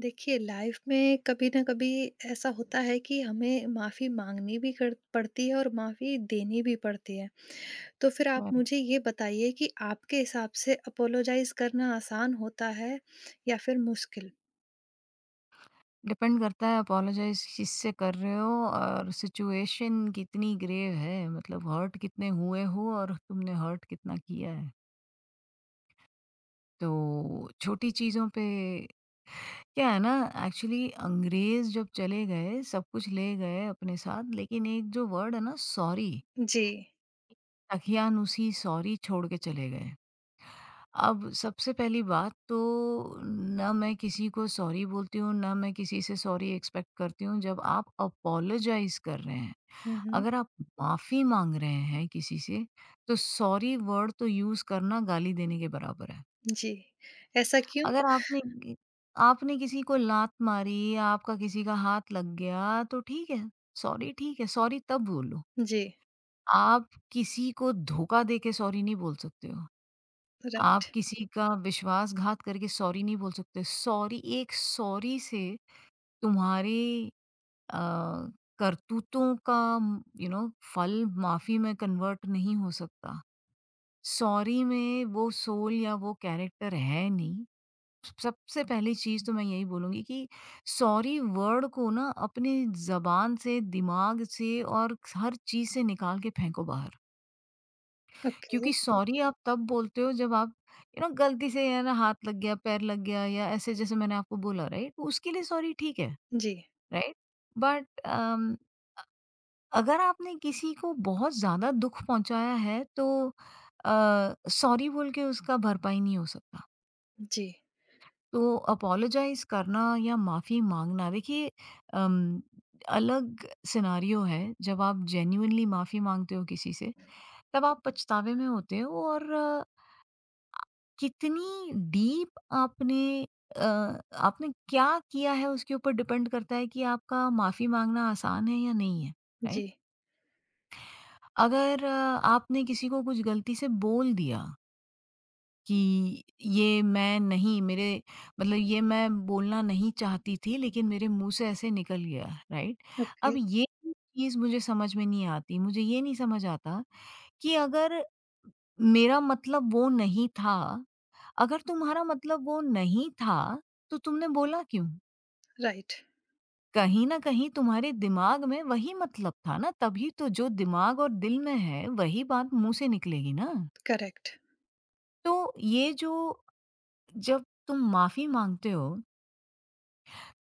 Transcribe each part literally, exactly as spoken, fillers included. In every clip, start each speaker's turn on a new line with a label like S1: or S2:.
S1: देखिए लाइफ में कभी ना कभी ऐसा होता है कि हमें माफ़ी माँगनी भी कर पड़ती है और माफ़ी देनी भी पड़ती है। तो फिर आप मुझे ये बताइए कि आपके हिसाब से अपोलोजाइज़ करना आसान होता है या फिर मुश्किल?
S2: डिपेंड करता है अपोलोजाइज किससे कर रहे हो और सिचुएशन कितनी ग्रेव है। मतलब हर्ट कितने हुए हो और तुमने हर्ट कितना किया है। तो छोटी चीज़ों पे क्या है ना, एक्चुअली अंग्रेज जब चले गए सब कुछ ले गए अपने साथ, लेकिन एक जो वर्ड है ना, सॉरी,
S1: जी।
S2: तकियान उसी सॉरी छोड़ के चले गए। अब सबसे पहली बात तो, ना मैं किसी को सॉरी बोलती हूँ, ना मैं किसी से सॉरी एक्सपेक्ट करती हूँ। जब आप अपोलोजाइज़ कर रहे हैं,
S1: हुँ, हुँ।
S2: अगर आप माफ़ी माँग रहे हैं किसी से, तो सॉरी वर्ड तो यूज़ करना गाली देने के बराबर है।
S1: जी। ऐसा क्यों?
S2: अगर आपने कि आपने किसी को लात मारी, आपका किसी का हाथ लग गया, तो ठीक है, सॉरी ठीक है, सॉरी तब बोलो।
S1: जी।
S2: आप किसी को धोखा दे के सॉरी नहीं बोल सकते हो। आप
S1: राइट।
S2: किसी का विश्वासघात करके सॉरी नहीं बोल सकते। सॉरी एक सॉरी से तुम्हारे अ, करतूतों का यू नो फल माफ़ी में कन्वर्ट नहीं हो सकता। सॉरी में वो सोल या वो कैरेक्टर है नहीं। सबसे पहली चीज़ तो मैं यही बोलूँगी कि सॉरी वर्ड को ना अपने ज़बान से, दिमाग से और हर चीज़ से निकाल के फेंको बाहर।
S1: ओके।
S2: क्योंकि सॉरी आप तब बोलते हो जब आप यू नो गलती से या ना हाथ लग गया पैर लग गया या ऐसे, जैसे मैंने आपको बोला राइट, उसके लिए सॉरी ठीक है।
S1: जी।
S2: राइट, बट अगर आपने किसी को बहुत ज्यादा दुख पहुंचाया है तो सॉरी बोल के उसका भरपाई नहीं हो सकता।
S1: जी।
S2: तो अपोलोजाइज करना या माफी मांगना, देखिए अम, अलग सिनारियो है। जब आप जेन्यूनली माफी मांगते हो किसी से, तब आप पछतावे में होते हो, और कितनी डीप आपने अ, आपने क्या किया है उसके ऊपर डिपेंड करता है कि आपका माफ़ी माँगना आसान है या नहीं है, राइट?
S1: जी।
S2: अगर अ, आपने किसी को कुछ गलती से बोल दिया कि ये मैं नहीं मेरे, मतलब ये मैं बोलना नहीं चाहती थी लेकिन मेरे मुँह से ऐसे निकल गया, राइट?
S1: ओके।
S2: अब ये चीज़ मुझे समझ में नहीं आती, मुझे ये नहीं समझ आता कि अगर मेरा मतलब वो नहीं था, अगर तुम्हारा मतलब वो नहीं था, तो तुमने बोला क्यों?
S1: राइट।
S2: कहीं न कहीं तुम्हारे दिमाग में वही मतलब था ना, तभी तो जो दिमाग और दिल में है वही बात मुँह से निकलेगी ना।
S1: करेक्ट।
S2: तो ये जो, जब तुम माफ़ी माँगते हो,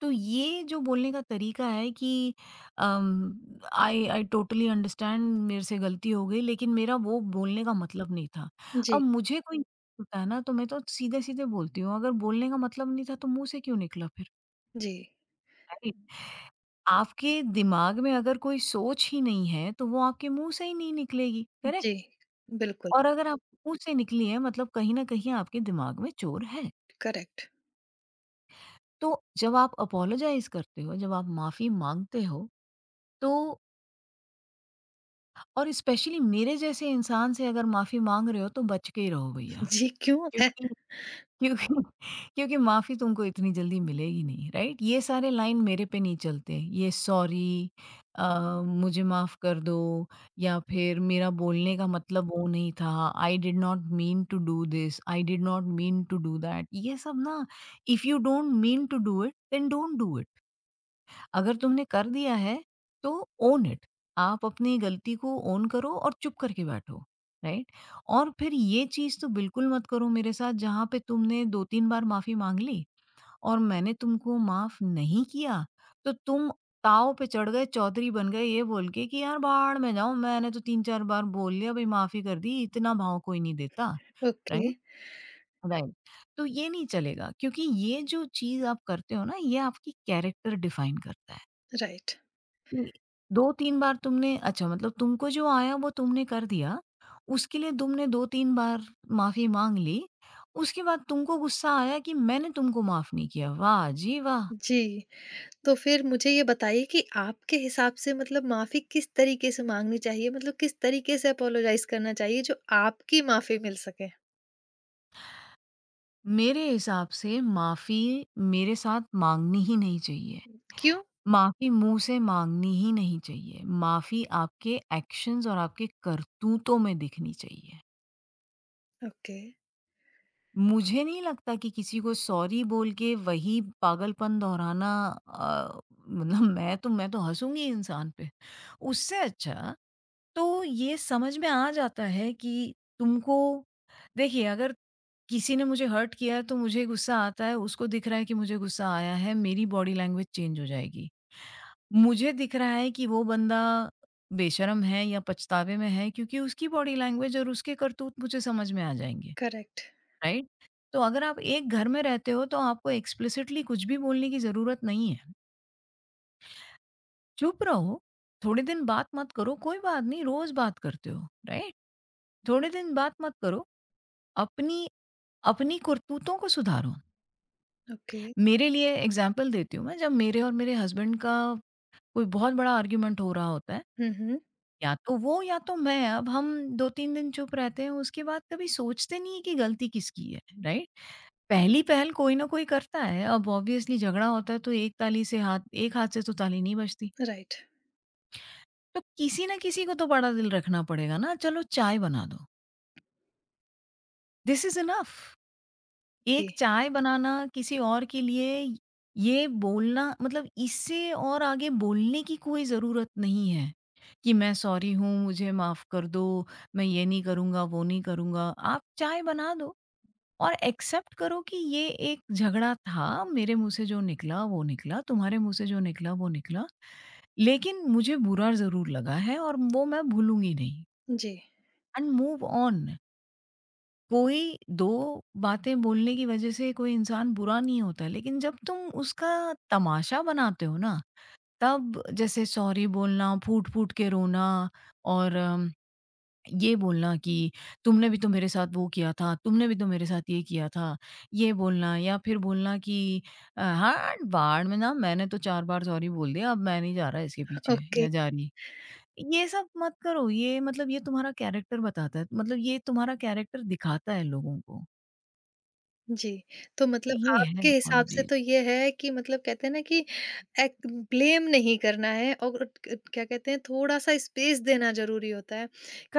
S2: तो ये जो बोलने का तरीका है कि अम, आई आई टोटली अंडरस्टैंड मेरे से गलती हो गई लेकिन मेरा वो बोलने का मतलब नहीं था। अब
S1: जी।
S2: मुझे कोई होता है ना, तो मैं तो सीधे-सीधे बोलती हूँ, अगर बोलने का मतलब नहीं था तो मुँह से क्यों निकला फिर?
S1: जी।
S2: राइट? आपके दिमाग में अगर कोई सोच ही नहीं है, तो वो आपके मुँह से ही नहीं निकलेगी, करेक्ट?
S1: जी। बिल्कुल,
S2: और अगर आप मुँह से निकली है मतलब कहीं न कहीं आपके दिमाग में चोर है।
S1: करेक्ट।
S2: तो जब आप अपोलोजाइज़ करते हो, जब आप माफ़ी माँगते हो, तो और स्पेशली मेरे जैसे इंसान से अगर माफ़ी माँग रहे हो तो बच के ही रहो भैया।
S1: जी, क्यों है?
S2: क्योंकि क्योंकि क्योंकि माफ़ी तुमको इतनी जल्दी मिलेगी नहीं, राइट? ये सारे लाइन मेरे पे नहीं चलते। ये सॉरी, अ, मुझे माफ़ कर दो, या फिर मेरा बोलने का मतलब वो नहीं था, I did not mean to do this, I did not mean to do that. ये सब ना, if you don't mean to do it, then don't do it. अगर तुमने कर दिया है तो ओन इट। आप अपनी गलती को ओन करो और चुप करके बैठो। राइट, और फिर ये चीज तो बिल्कुल मत करो मेरे साथ, जहाँ पे तुमने दो तीन बार माफी मांग ली और मैंने तुमको माफ नहीं किया, तो तुम ताव पे चढ़ गए, चौधरी बन गए, ये बोल के कि यार, बाहर में जाऊं, मैंने तो तीन चार बार बोल लिया भाई, माफी कर दी, इतना भाव कोई नहीं देता।
S1: ओके।
S2: राइट। राइट। तो ये नहीं चलेगा क्योंकि ये जो चीज आप करते हो ना, ये आपकी कैरेक्टर डिफाइन करता है
S1: राइट।
S2: कि दो तीन बार तुमने, अच्छा मतलब तुमको जो आया वो तुमने कर दिया, उसके लिए तुमने दो तीन बार माफ़ी माँग ली, उसके बाद तुमको गुस्सा आया कि मैंने तुमको माफ़ नहीं किया। वाह जी वाह!
S1: जी, तो फिर मुझे ये बताइए कि आपके हिसाब से मतलब माफ़ी किस तरीके से माँगनी चाहिए? मतलब किस तरीके से अपोलोजाइज़ करना चाहिए जो आपकी माफ़ी मिल सके?
S2: मेरे हिसाब से माफ़ी मेरे साथ माँगनी ही नहीं चाहिए।
S1: क्यों?
S2: माफ़ी मुँह से माँगनी ही नहीं चाहिए। माफ़ी आपके एक्शन्स और आपके करतूतों में दिखनी चाहिए।
S1: ओके,
S2: मुझे नहीं लगता कि किसी को सॉरी बोल के वही पागलपन दोहराना, अ, मतलब मैं तो मैं तो हँसूँगी इंसान पे। उससे अच्छा तो ये समझ में आ जाता है कि तुमको, देखिए अगर किसी ने मुझे हर्ट किया है तो मुझे गुस्सा आता है, उसको दिख रहा है कि मुझे गुस्सा आया है, मेरी बॉडी लैंग्वेज चेंज हो जाएगी। मुझे दिख रहा है कि वो बंदा बेशर्म है या पछतावे में है, क्योंकि उसकी बॉडी लैंग्वेज और उसके करतूत मुझे समझ में आ जाएँगे।
S1: Correct,
S2: right? तो अगर आप एक घर में रहते हो तो आपको एक्सप्लिसिटली कुछ भी बोलने की ज़रूरत नहीं है। चुप रहो, थोड़े दिन बात मत करो, कोई बात नहीं रोज़ बात करते हो, राइट? थोड़े दिन बात मत करो, अपनी अपनी करतूतों को सुधारो।
S1: ओके।
S2: मेरे लिए एग्ज़ाम्पल देती हूँ मैं, जब मेरे और मेरे हस्बैंड का कोई बहुत बड़ा आर्ग्यूमेंट हो रहा होता है,
S1: हुँ, हुँ,
S2: या तो वो या तो मैं, अब हम दो तीन दिन चुप रहते हैं, उसके बाद कभी सोचते नहीं है कि गलती किसकी है, राइट? पहली पहल कोई ना कोई करता है। अब ऑब्वियसली झगड़ा होता है तो एक ताली से हाथ, एक हाथ से तो ताली नहीं बजती।
S1: राइट।
S2: तो किसी ना किसी को तो बड़ा दिल रखना पड़ेगा ना, चलो चाय बना दो। This is enough. एक
S1: जी,
S2: चाय बनाना किसी और के लिए, ये बोलना, मतलब इससे और आगे बोलने की कोई ज़रूरत नहीं है, कि मैं सॉरी हूँ, मुझे माफ़ कर दो, मैं ये नहीं करूँगा, वो नहीं करूँगा। आप चाय बना दो। और एक्सेप्ट करो कि ये एक झगड़ा था, मेरे मुँह से जो निकला वो निकला, तुम्हारे मुँह से जो निकला वो निकला। लेकिन मुझे बुरा ज़रूर लगा है और वो मैं भूलूँगी नहीं।
S1: जी,
S2: एंड मूव ऑन। कोई दो बातें बोलने की वज़ह से कोई इंसान बुरा नहीं होता, लेकिन जब तुम उसका तमाशा बनाते हो ना, तब जैसे सॉरी बोलना, फूट-फूट के रोना और ये बोलना कि तुमने भी तो मेरे साथ वो किया था, तुमने भी तो मेरे साथ ये किया था, ये बोलना या फिर बोलना कि अ, हाँ, बाढ़ में ना मैंने तो चार बार सॉरी बोल दिया, अब मैं नहीं जा रहा इसके पीछे
S1: ओके।
S2: या जा रही। ये सब मत करो, ये मतलब ये तुम्हारा कैरेक्टर बताता है, मतलब ये तुम्हारा कैरेक्टर दिखाता है लोगों को।
S1: जी, तो मतलब
S2: ये है
S1: आपके हिसाब से
S2: अपॉलजीज़।
S1: तो ये है कि मतलब कहते हैं ना कि एक ब्लेम नहीं करना है और क क्या कहते हैं थोड़ा-सा स्पेस देना ज़रूरी होता है,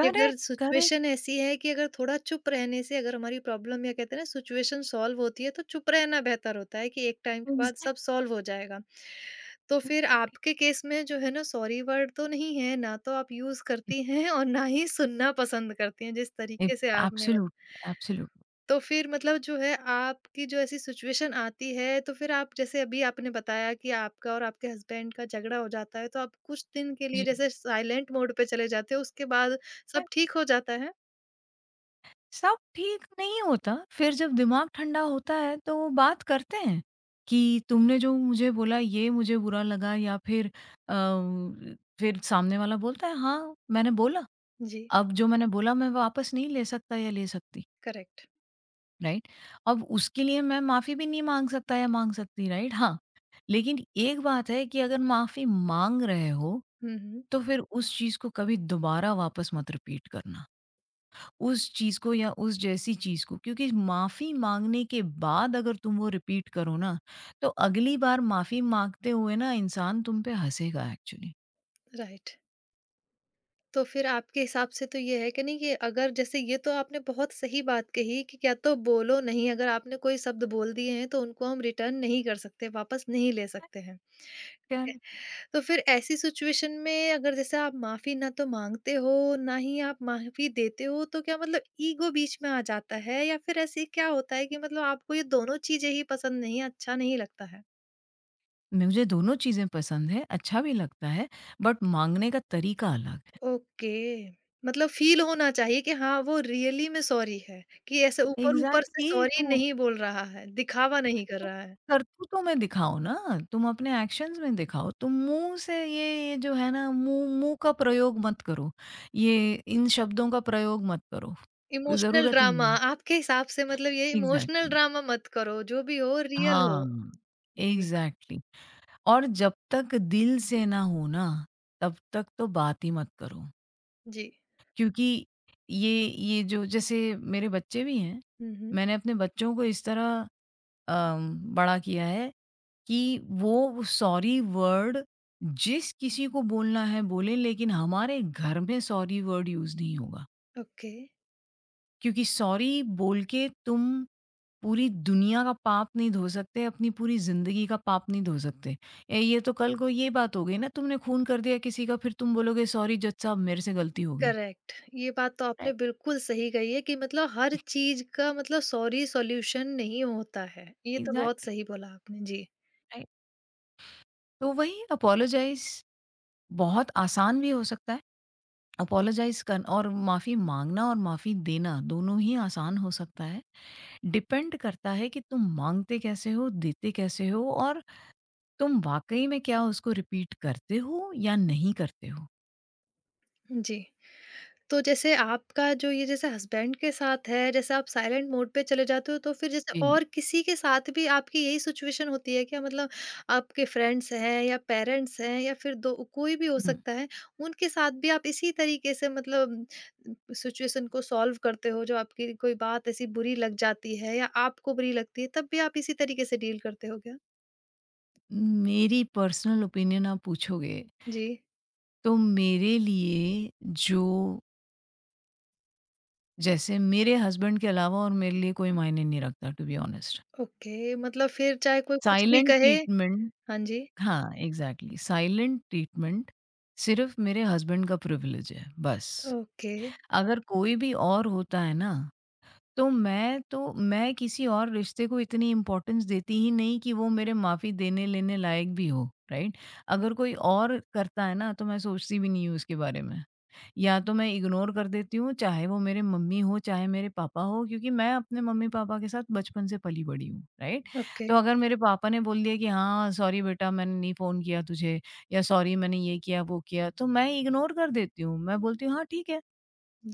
S1: कि अगर
S2: करेक्ट,
S1: सिचुएशन ऐसी है कि अगर थोड़ा चुप रहने से अगर हमारी प्रॉब्लम या कहते हैं ना सिचुएशन सॉल्व होती है, तो चुप रहना बेहतर होता है कि एक टाइम के बाद सब सॉल्व हो जाएगा। तो फिर
S2: एग्ज़ैक्टली।
S1: आपके केस में जो है ना सॉरी वर्ड तो नहीं है, ना तो आप यूज़ करती हैं और ना ही सुनना पसंद करती हैं, जिस तरीके से आपने बत
S2: एब्सोल्यूटली, एब्सोल्यूटली।
S1: तो फिर मतलब जो है आपकी जो ऐसी सिचुएशन आती है तो फिर आप जैसे अभी आपने बताया कि आपका और आपके हस्बैंड का झगड़ा हो जाता है तो आप कुछ दिन के लिए
S2: जी।
S1: जैसे साइलेंट मोड पे चले जाते हो उसके बाद सब ठीक हो जाता है।
S2: सब ठीक नहीं होता, फिर जब दिमाग ठंडा होता है तो वो बात करते हैं कि तुमने जो मुझे बोला ये मुझे बुरा लगा, या फिर अ, फिर सामने वाला बोलता है, हाँ, मैंने बोला।
S1: जी।
S2: अब जो मैंने बोला मैं वापस नहीं ले सकता या ले सकती,
S1: करेक्ट।
S2: राइट? अब उसके लिए मैं माफ़ी भी नहीं माँग सकता या माँग सकती, राइट? हाँ, लेकिन एक बात है कि अगर माफ़ी माँग रहे हो,
S1: हम्म, हम्म।
S2: तो फिर उस चीज़ को कभी दोबारा वापस मत रिपीट करना। उस चीज़ को या उस जैसी चीज़ को, क्योंकि माफ़ी माँगने के बाद अगर तुम वो रिपीट करो ना, तो अगली बार माफ़ी माँगते हुए ना इंसान तुम पे हँसेगा एक्चुअली।
S1: राइट। तो फिर आपके हिसाब से तो ये है कि नहीं कि अगर जैसे ये तो आपने बहुत सही बात कही कि क्या तो बोलो नहीं, अगर आपने कोई शब्द बोल दिए हैं तो उनको हम रिटर्न नहीं कर सकते, वापस नहीं ले सकते हैं।
S2: करेक्ट।
S1: तो फिर ऐसी सिचुएशन में अगर जैसे आप माफ़ी ना तो माँगते हो, ना ही आप माफ़ी देते हो, तो क्या मतलब ईगो बीच में आ जाता है या फिर ऐसे क्या होता है कि मतलब आपको ये दोनों चीज़ें ही पसंद नहीं, अच्छा नहीं लगता है?
S2: मुझे दोनों चीज़ें पसंद है, अच्छा भी लगता है, बट माँगने का तरीका अलग।
S1: ओके। मतलब फ़ील होना चाहिए कि हाँ, वो रियली में सॉरी है, कि ऐसे ऊपर-ऊपर से
S2: एग्ज़ैक्टली,
S1: सॉरी
S2: तुम
S1: नहीं बोल रहा है, दिखावा नहीं कर
S2: तुम
S1: रहा है।
S2: करतूतों में दिखाओ ना, तुम अपने एक्शंस में दिखाओ। तुम मुँह से ये ये जो है ना, मुँह मुँह का प्रयोग मत करो। ये इन शब्दों का प्रयोग मत करो।
S1: इमोशनल
S2: ज़रूरत ही
S1: ड्रामा
S2: नहीं है।
S1: आपके हिसाब से मतलब ये इमोशनल
S2: एग्ज़ैक्टली।
S1: ड्रामा मत करो, जो भी हो रियल हो।
S2: हाँ,
S1: जी,
S2: एग्ज़ैक्टली। और जब तक दिल से ना हो ना, तब तक तो बात ही मत करो।
S1: जी।
S2: क्योंकि ये ये जो जैसे मेरे बच्चे भी हैं,
S1: हुँ, हुँ।
S2: मैंने अपने बच्चों को इस तरह अम, बड़ा किया है कि वो सॉरी वर्ड जिस किसी को बोलना है बोलें, लेकिन हमारे घर में सॉरी वर्ड यूज़ नहीं होगा।
S1: ओके।
S2: क्योंकि सॉरी बोल के तुम पूरी दुनिया का पाप नहीं धो सकते, अपनी पूरी ज़िंदगी का पाप नहीं धो सकते। ए ये तो कल को ये बात हो गई ना, तुमने खून कर दिया किसी का, फिर तुम बोलोगे सॉरी जज साहब मेरे से गलती हो गई।
S1: करेक्ट, ये बात तो आपने
S2: राइट।
S1: बिल्कुल सही कही है कि मतलब हर चीज का मतलब सॉरी सॉल्यूशन नहीं होता है, ये तो बहुत
S2: एग्ज़ैक्टली।
S1: सही बोला आपने। जी।
S2: राइट। तो वही अपोलोजाइज़ बहुत आसान भी हो सकता है। अपोलोजाइज़ कर, और माफ़ी माँगना और माफ़ी देना दोनों ही आसान हो सकता है। डिपेंड करता है कि तुम माँगते कैसे हो, देते कैसे हो, और तुम वाक़ई में क्या उसको रिपीट करते हो या नहीं करते हो?
S1: जी, तो जैसे आपका जो ये जैसे हस्बैंड के साथ है, जैसे आप साइलेंट मोड पे चले जाते हो, तो फिर जैसे
S2: जी।
S1: और किसी के साथ भी आपकी यही सिचुएशन होती है क्या? मतलब आपके फ्रेंड्स हैं या पेरेंट्स हैं या फिर दो कोई भी हो
S2: हुँ।
S1: सकता है, उनके साथ भी आप इसी तरीके से मतलब सिचुएशन को सॉल्व करते हो, जो आपकी कोई बात ऐसी बुरी लग जाती है या आपको बुरी लगती है, तब भी आप इसी तरीके से डील करते हो क्या?
S2: मेरी पर्सनल ओपिनियन आप पूछोगे,
S1: जी,
S2: तो मेरे लिए, जो जैसे मेरे हस्बैंड के अलावा और मेरे लिए कोई मायने नहीं रखता टू बी ऑनेस्ट।
S1: ओके, मतलब फिर चाहे कोई कुछ भी
S2: साइलेंट
S1: कहे।
S2: ट्रीटमेंट।
S1: हाँ जी,
S2: हाँ, एग्ज़ैक्टली, साइलेंट ट्रीटमेंट सिर्फ़ मेरे हस्बैंड का प्रिविलेज है, बस।
S1: ओके,
S2: अगर कोई भी और होता है ना, तो मैं तो मैं किसी और रिश्ते को इतनी इम्पोर्टेंस देती ही नहीं कि वो मेरे माफ़ी देने लेने लायक भी हो, राइट? अगर कोई और करता है ना, तो मैं सोचती भी नहीं हूँ उसके बारे में। या तो मैं इग्नोर कर देती हूँ, चाहे वो मेरे मम्मी हो, चाहे मेरे पापा हो, क्योंकि मैं अपने मम्मी-पापा के साथ बचपन से पली-बड़ी हूँ, राइट?
S1: ओके,
S2: तो अगर मेरे पापा ने बोल दिया कि हाँ, सॉरी बेटा मैंने नहीं फ़ोन किया तुझे, या सॉरी मैंने ये किया, वो किया, तो मैं इग्नोर कर देती हूँ। मैं बोलती हूँ हाँ, ठीक है।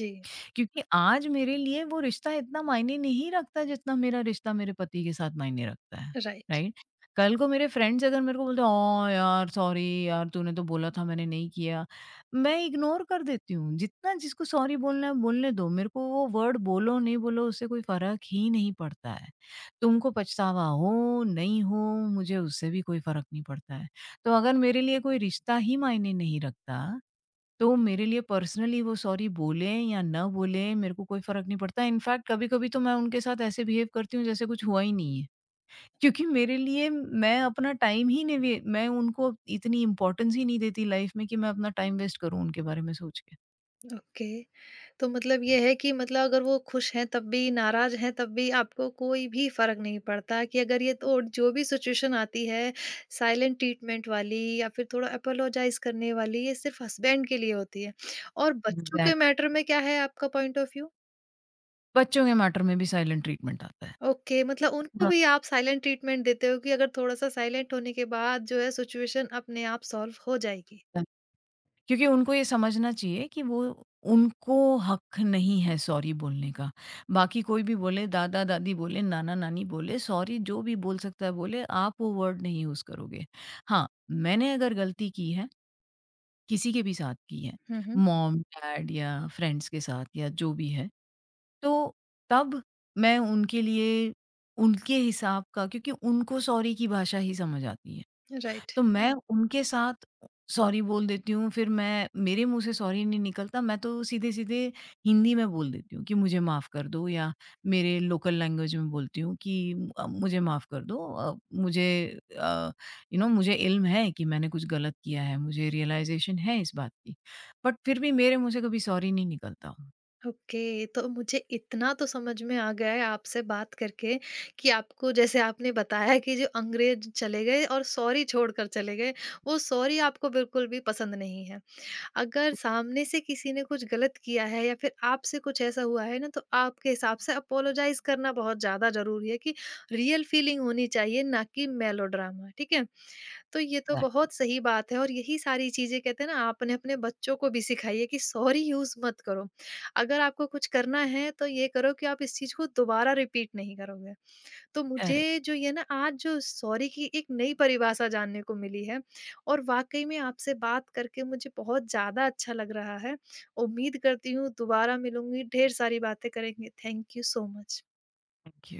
S1: जी,
S2: क्योंकि आज मेरे लिए वो रिश्ता इतना मायने नहीं रखता जितना मेरा रिश्ता मेरे पति के साथ मायने रखता है,
S1: राइट।
S2: राइट? कल को मेरे फ्रेंड्स अगर मेरे को बोलते हैं, "ओह यार, सॉरी यार, तूने तो बोला था मैंने नहीं किया।" मैं इग्नोर कर देती हूँ। जितना जिसको सॉरी बोलना है बोलने दो, मेरे को वो वर्ड बोलो नहीं बोलो उससे कोई फ़र्क ही नहीं पड़ता है। तुमको पछतावा हो, नहीं हो, मुझे उससे भी कोई फ़र्क नहीं पड़ता है। तो अगर मेरे लिए कोई रिश्ता ही मायने नहीं रखता, तो मेरे लिए पर्सनली वो सॉरी बोलें या ना बोलें, मेरे को कोई फ़र्क नहीं पड़ता। इनफैक्ट कभी-कभी तो मैं उनके साथ ऐसे बिहेव करती हूँ जैसे कुछ हुआ ही नहीं है। क्योंकि मेरे लिए, मैं अपना टाइम ही नहीं, वे मैं उनको इतनी इम्पोर्टेंस ही नहीं देती लाइफ़ में कि मैं अपना टाइम वेस्ट करूँ उनके बारे में सोच के।
S1: ओके। तो मतलब ये है कि मतलब अगर वो खुश हैं तब भी, नाराज़ हैं तब भी, आपको कोई भी फ़र्क नहीं पड़ता कि अगर ये तो जो भी सिचुएशन आती है, साइलेंट ट्रीटमेंट वाली या फिर थोड़ा एपोलोजाइज़ करने वाली, ये सिर्फ़ हस्बैंड के लिए होती है। और बच्चों के
S2: एग्ज़ैक्ट,
S1: मैटर में क्या है आपका पॉइंट ऑफ व्यू?
S2: बच्चों के मैटर में भी साइलेंट ट्रीटमेंट आता
S1: ओके, मतलब उनको भी आप साइलेंट ट्रीटमेंट देते हो कि अगर थोड़ा-सा साइलेंट होने के बाद जो है सिचुएशन अपने आप सॉल्व हो जाएगी।
S2: है। क्योंकि उनको ये समझना चाहिए कि वो, उनको हक नहीं है सॉरी बोलने का। बाकी कोई भी बोले, दादा-दादी बोले, नाना-नानी बोले, सॉरी जो भी बोल सकता है बोले, आप वो वर्ड नहीं यूज़ करोगे। हाँ, मैंने अगर गलती की है, किसी के भी साथ की है,
S1: हुँ, हुँ।
S2: मॉम, डैड या फ्रेंड्स के साथ या जो भी है, तो तब मैं उनके लिए उनके हिसाब का, क्योंकि उनको सॉरी की भाषा ही समझ आती है।
S1: राइट।
S2: तो मैं उनके साथ सॉरी बोल देती हूँ, फिर मैं, मेरे मुँह से सॉरी नहीं निकलता, मैं तो सीधे-सीधे हिंदी में बोल देती हूँ कि मुझे माफ़ कर दो, या मेरे लोकल लैंग्वेज में बोलती हूँ कि अ, मुझे माफ़ कर दो, अ, मुझे अ, यू नो मुझे इल्म है कि मैंने कुछ गलत किया है, मुझे रियलाइज़ेशन है इस बात की। बट फिर भी मेरे मुँह से कभी सॉरी नहीं निकलता।
S1: ओके, तो मुझे इतना तो समझ में आ गया है आपसे बात करके कि आपको जैसे आपने बताया कि जो अंग्रेज चले गए और सॉरी छोड़कर चले गए, वो सॉरी आपको बिल्कुल भी पसंद नहीं है। अगर सामने से किसी ने कुछ गलत किया है या फिर आपसे कुछ ऐसा हुआ है ना, तो आपके हिसाब से अपोलोजाइज़ करना बहुत ज़्यादा ज़रूरी है कि रियल फीलिंग होनी चाहिए, ना कि मेलोड्रामा, ठीक है? तो ये तो
S2: राइट,
S1: बहुत सही बात है और यही सारी चीज़ें कहते हैं ना आपने अपने बच्चों को भी सिखाई है कि सॉरी यूज़ मत करो। अगर आपको कुछ करना है तो ये करो कि आप इस चीज़ को दोबारा रिपीट नहीं करोगे। तो
S2: करेक्ट,
S1: मुझे जो ये ना आज जो सॉरी की एक नई परिभाषा जानने को मिली है और वाक़ई में आपसे बात करके मुझे बहुत ज़्यादा अच्छा लग रहा है। उम्मीद करती हूँ दोबारा मिलूँगी, ढेर सारी बातें करेंगे। Thank you so much.
S2: Thank you.